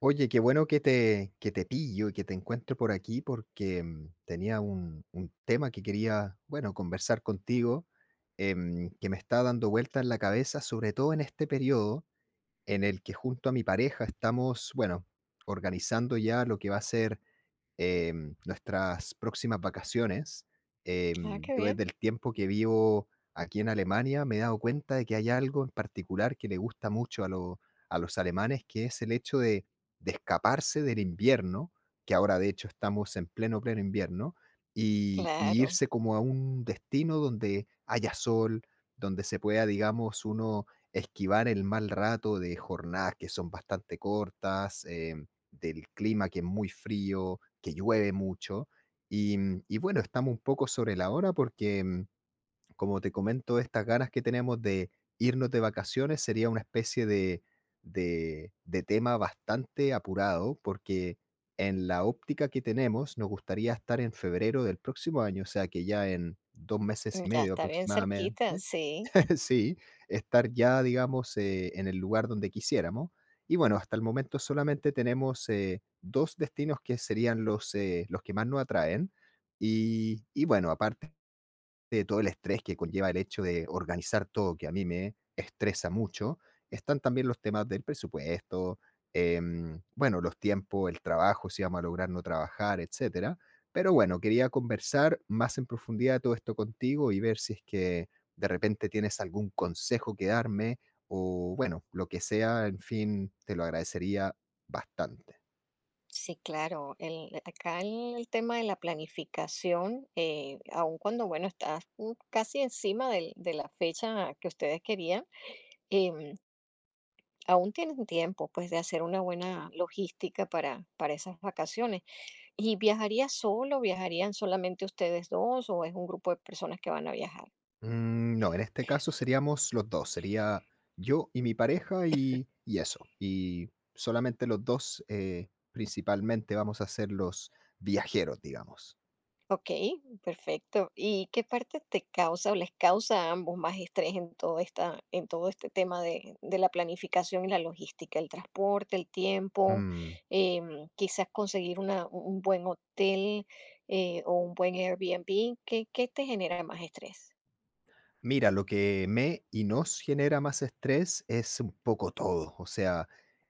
Oye, qué bueno que te pillo y que te encuentro por aquí porque tenía un tema que quería, bueno, conversar contigo, que me está dando vuelta en la cabeza, sobre todo en este periodo en el que junto a mi pareja estamos, bueno, organizando ya lo que va a ser nuestras próximas vacaciones. Ah, qué Yo bien. desde el tiempo que vivo aquí en Alemania me he dado cuenta de que hay algo en particular que le gusta mucho a los alemanes, que es el hecho de escaparse del invierno, que ahora de hecho estamos en pleno, pleno invierno, y Claro, irse como a un destino donde haya sol, donde se pueda, digamos, uno esquivar el mal rato de jornadas que son bastante cortas. Del clima que es muy frío, que llueve mucho. Y bueno, estamos un poco sobre la hora porque, como te comento, estas ganas que tenemos de irnos de vacaciones sería una especie de tema bastante apurado porque en la óptica que tenemos nos gustaría estar en febrero del próximo año, o sea que ya en dos meses y ya medio está bien cerquita, aproximadamente. sí. Sí, estar ya, digamos, en el lugar donde quisiéramos. Y bueno, hasta el momento solamente tenemos dos destinos que serían los que más nos atraen. Y bueno, aparte de todo el estrés que conlleva el hecho de organizar todo, que a mí me estresa mucho, están también los temas del presupuesto, bueno, los tiempos, el trabajo, si vamos a lograr no trabajar, etcétera. Pero bueno, quería conversar más en profundidad todo esto contigo y ver si es que de repente tienes algún consejo que darme o bueno, lo que sea, en fin, te lo agradecería bastante. Sí, claro. Acá el tema de la planificación, aun cuando, bueno, estás casi encima de la fecha que ustedes querían, em, aún tienen tiempo, pues, de hacer una buena logística para esas vacaciones. ¿Y viajaría solo? ¿Viajarían solamente ustedes dos o es un grupo de personas que van a viajar? Mm, no, en este caso seríamos los 2. Sería yo y mi pareja y eso. Y solamente los 2, principalmente vamos a ser los viajeros, digamos. Ok, perfecto. ¿Y qué parte te causa o les causa a ambos más estrés en en todo este tema de la planificación y la logística, el transporte, el tiempo, Mm. Quizás conseguir un buen hotel, o un buen Airbnb? ¿Qué, qué te genera más estrés? Mira, lo que me y nos genera más estrés es un poco todo, o sea,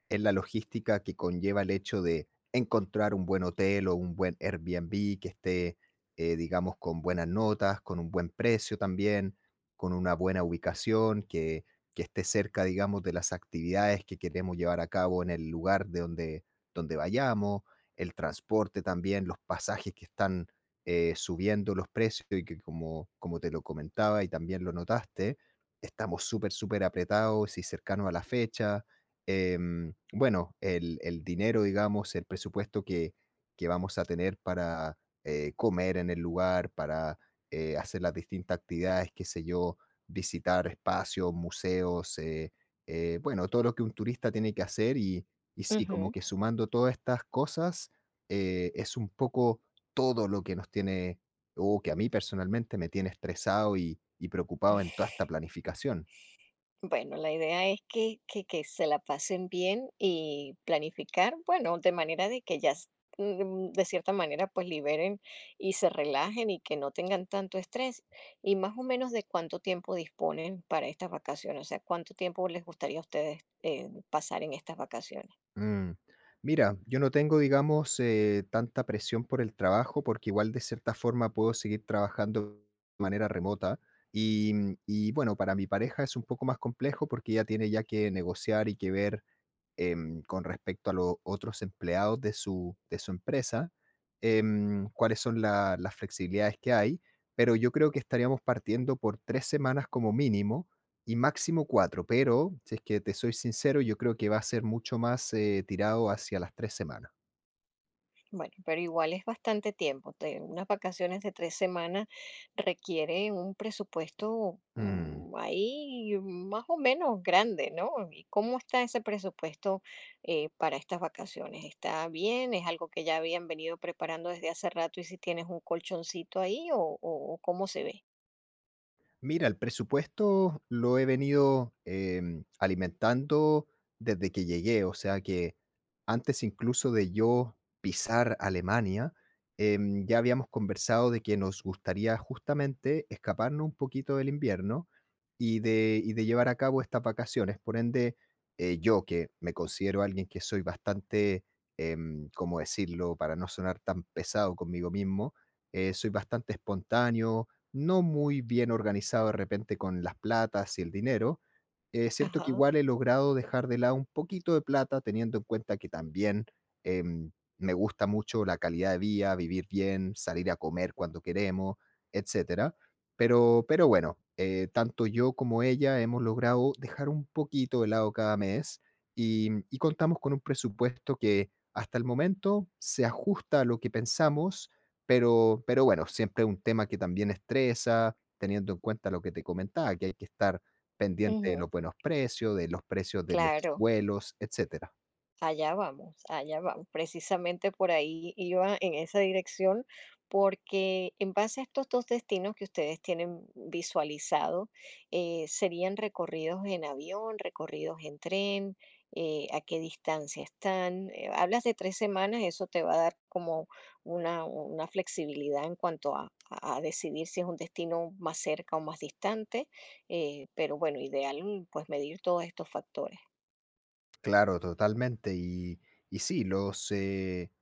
es la logística que conlleva el hecho de encontrar un buen hotel o un buen Airbnb que esté, digamos, con buenas notas, con un buen precio también, con una buena ubicación, que esté cerca, digamos, de las actividades que queremos llevar a cabo en el lugar de donde vayamos, el transporte también, los pasajes que están subiendo los precios y que como, como te lo comentaba y también lo notaste, estamos súper, súper apretados y cercanos a la fecha. Bueno, el dinero, digamos, el presupuesto que vamos a tener para comer en el lugar, para hacer las distintas actividades, qué sé yo, visitar espacios, museos, bueno, todo lo que un turista tiene que hacer y sí, como que sumando todas estas cosas, es un poco todo lo que nos tiene, o que a mí personalmente me tiene estresado y preocupado en toda esta planificación. Bueno, la idea es que se la pasen bien y planificar, bueno, de manera de que ya, de cierta manera, pues liberen y se relajen y que no tengan tanto estrés. Y más o menos de cuánto tiempo disponen para estas vacaciones, o sea, cuánto tiempo les gustaría a ustedes pasar en estas vacaciones. Mm, Mira, yo no tengo, digamos, tanta presión por el trabajo porque igual de cierta forma puedo seguir trabajando de manera remota. Y, y bueno, para mi pareja es un poco más complejo porque ella tiene ya que negociar y que ver con respecto a los otros empleados de su empresa, cuáles son las flexibilidades que hay, pero yo creo que estaríamos partiendo por 3 semanas como mínimo y máximo cuatro, pero si es que te soy sincero, yo creo que va a ser mucho más tirado hacia las 3 semanas. Bueno, pero igual es bastante tiempo. Unas vacaciones de tres semanas requieren un presupuesto, Mm. Ahí más o menos grande, ¿no? ¿Y cómo está ese presupuesto, para estas vacaciones? ¿Está bien? ¿Es algo que ya habían venido preparando desde hace rato y si tienes un colchoncito ahí o cómo se ve? Mira, el presupuesto lo he venido alimentando desde que llegué, o sea que antes incluso de yo pisar Alemania, ya habíamos conversado de que nos gustaría justamente escaparnos un poquito del invierno y de llevar a cabo estas vacaciones. Por ende, yo que me considero alguien que soy bastante, ¿cómo decirlo? Para no sonar tan pesado conmigo mismo, soy bastante espontáneo, no muy bien organizado de repente con las platas y el dinero. Siento que Ajá. igual he logrado dejar de lado un poquito de plata, teniendo en cuenta que también em, me gusta mucho la calidad de vida, vivir bien, salir a comer cuando queremos, etcétera. Pero bueno, tanto yo como ella hemos logrado dejar un poquito de lado cada mes y contamos con un presupuesto que hasta el momento se ajusta a lo que pensamos, pero bueno, siempre un tema que también estresa, teniendo en cuenta lo que te comentaba, que hay que estar pendiente de Ujú. los buenos precios de los Claro. vuelos, etcétera. Allá vamos, allá vamos. Precisamente por ahí iba en esa dirección, porque en base a estos dos destinos que ustedes tienen visualizado, ¿serían recorridos en avión, recorridos en tren? ¿A qué distancia están? Hablas de tres semanas, eso te va a dar como una flexibilidad en cuanto a, a decidir si es un destino más cerca o más distante, pero bueno, ideal pues medir todos estos factores. Claro, totalmente. Y sí, los, eh,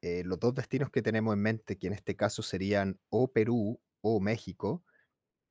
eh, los dos destinos que tenemos en mente, que en este caso serían o Perú o México.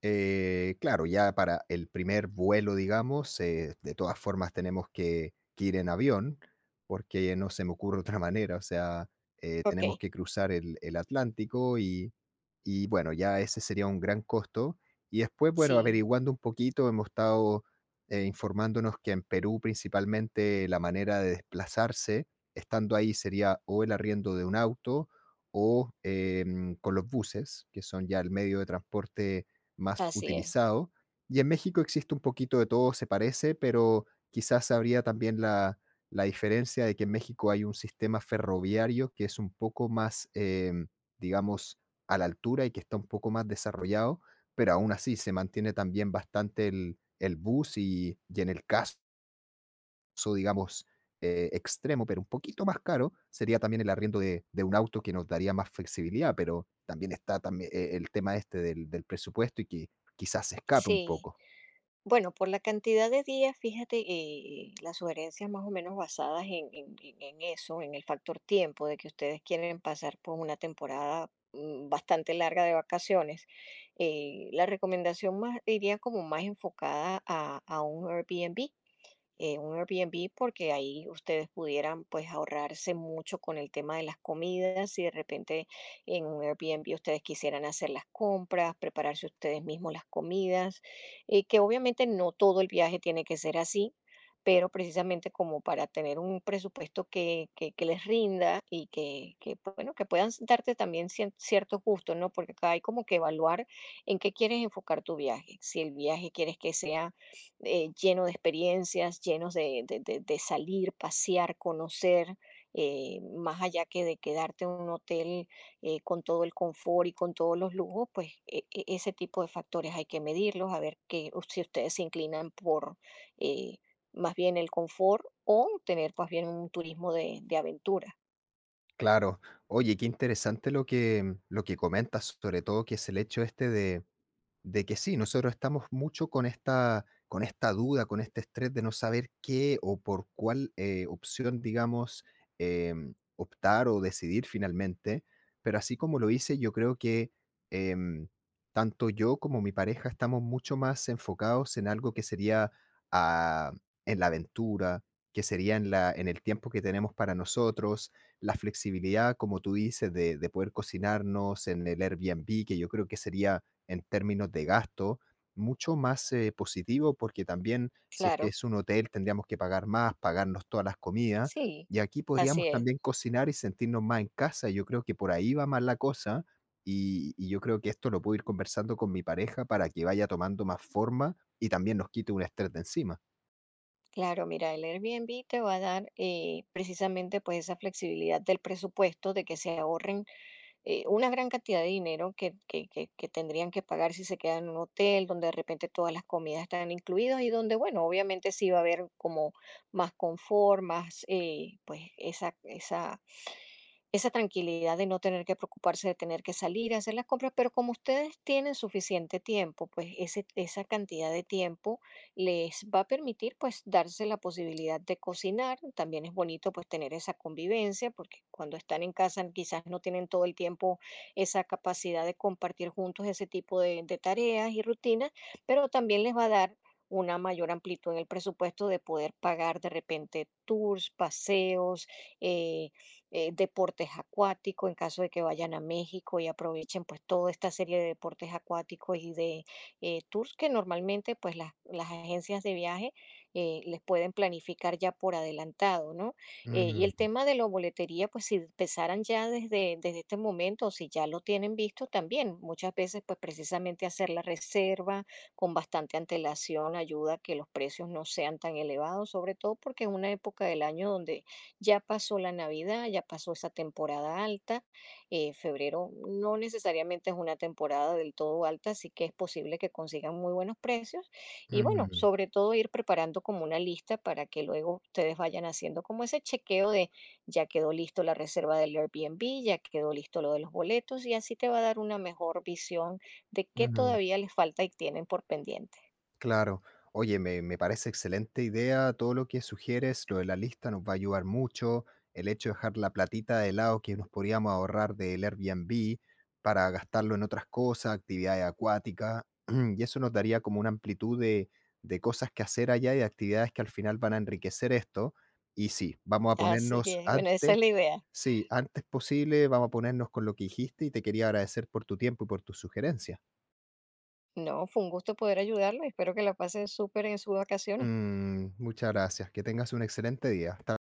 Claro, ya para el primer vuelo, digamos, de todas formas tenemos que ir en avión, porque no se me ocurre otra manera, o sea, Ok. tenemos que cruzar el Atlántico y bueno, ya ese sería un gran costo. Y después, bueno, Sí. averiguando un poquito, hemos estado, informándonos que en Perú, principalmente, la manera de desplazarse, estando ahí, sería o el arriendo de un auto o, con los buses, que son ya el medio de transporte más Así es, utilizado. Y en México existe un poquito de todo, se parece, pero quizás habría también la diferencia de que en México hay un sistema ferroviario que es un poco más, digamos, a la altura y que está un poco más desarrollado, pero aún así se mantiene también bastante el bus y en el caso so, digamos, extremo, pero un poquito más caro, sería también el arriendo de un auto que nos daría más flexibilidad, pero también está también el tema este del presupuesto y que quizás se escape un sí. poco. Bueno, por la cantidad de días, fíjate, las sugerencias más o menos basadas en, en eso, en el factor tiempo, de que ustedes quieren pasar por una temporada, bastante larga de vacaciones, la recomendación más iría como más enfocada a un Airbnb. Eh, un Airbnb porque ahí ustedes pudieran pues ahorrarse mucho con el tema de las comidas, si de repente en un Airbnb ustedes quisieran hacer las compras, prepararse ustedes mismos las comidas, que obviamente no todo el viaje tiene que ser así. Pero precisamente como para tener un presupuesto que les rinda y que, bueno, que puedan darte también ciertos gustos, ¿no? Porque acá hay como que evaluar en qué quieres enfocar tu viaje. Si el viaje quieres que sea lleno de experiencias, llenos de, de salir, pasear, conocer, más allá que de quedarte en un hotel con todo el confort y con todos los lujos, pues ese tipo de factores hay que medirlos, a ver que, si ustedes se inclinan por eh, más bien el confort o tener más bien un turismo de aventura. Claro. Oye, qué interesante lo que comentas, sobre todo que es el hecho este de, que sí, nosotros estamos mucho con esta duda, con este estrés de no saber qué o por cuál opción, digamos, optar o decidir finalmente. Pero así como lo hice, yo creo que em, tanto yo como mi pareja estamos mucho más enfocados en algo que sería ah, en la aventura, que sería en el tiempo que tenemos para nosotros, la flexibilidad, como tú dices, de poder cocinarnos en el Airbnb, que yo creo que sería en términos de gasto mucho más positivo, porque también si es que Claro, es un hotel tendríamos que pagar más, pagarnos todas las comidas, sí, y aquí así podríamos es. también cocinar y sentirnos más en casa. Yo creo que por ahí va más la cosa, y yo creo que esto lo puedo ir conversando con mi pareja para que vaya tomando más forma y también nos quite un estrés de encima. Claro, mira, el Airbnb te va a dar, precisamente pues esa flexibilidad del presupuesto de que se ahorren una gran cantidad de dinero que, que tendrían que pagar si se quedan en un hotel, donde de repente todas las comidas están incluidas y donde, bueno, obviamente sí va a haber como más confort, más, pues, esa esa tranquilidad de no tener que preocuparse de tener que salir a hacer las compras, pero como ustedes tienen suficiente tiempo, pues esa cantidad de tiempo les va a permitir pues darse la posibilidad de cocinar. También es bonito pues tener esa convivencia, porque cuando están en casa quizás no tienen todo el tiempo esa capacidad de compartir juntos ese tipo de tareas y rutinas, pero también les va a dar una mayor amplitud en el presupuesto de poder pagar de repente tours, paseos, eh, deportes acuáticos en caso de que vayan a México y aprovechen pues toda esta serie de deportes acuáticos y de tours que normalmente pues las agencias de viaje les pueden planificar ya por adelantado, ¿no? Y Mm, el tema de la boletería pues si empezaran ya desde este momento, o si ya lo tienen visto también, muchas veces pues precisamente hacer la reserva con bastante antelación ayuda a que los precios no sean tan elevados, sobre todo porque es una época del año donde ya pasó la Navidad, ya pasó esa temporada alta. Eh, febrero no necesariamente es una temporada del todo alta, así que es posible que consigan muy buenos precios. Y bueno, mm, sobre todo ir preparando como una lista para que luego ustedes vayan haciendo como ese chequeo de ya quedó listo la reserva del Airbnb, ya quedó listo lo de los boletos y así te va a dar una mejor visión de qué mm. todavía les falta y tienen por pendiente. Claro. Oye, me parece excelente idea todo lo que sugieres, lo de la lista nos va a ayudar mucho, el hecho de dejar la platita de lado que nos podríamos ahorrar del Airbnb para gastarlo en otras cosas, actividades acuáticas, y eso nos daría como una amplitud de cosas que hacer allá y de actividades que al final van a enriquecer esto. Y sí, vamos a Así ponernos es, bueno, esa es antes, la idea. sí, antes posible, vamos a ponernos con lo que dijiste y te quería agradecer por tu tiempo y por tus sugerencias. No, fue un gusto poder ayudarlo. Espero que la pasen súper en sus vacaciones. Muchas gracias. Que tengas un excelente día. Hasta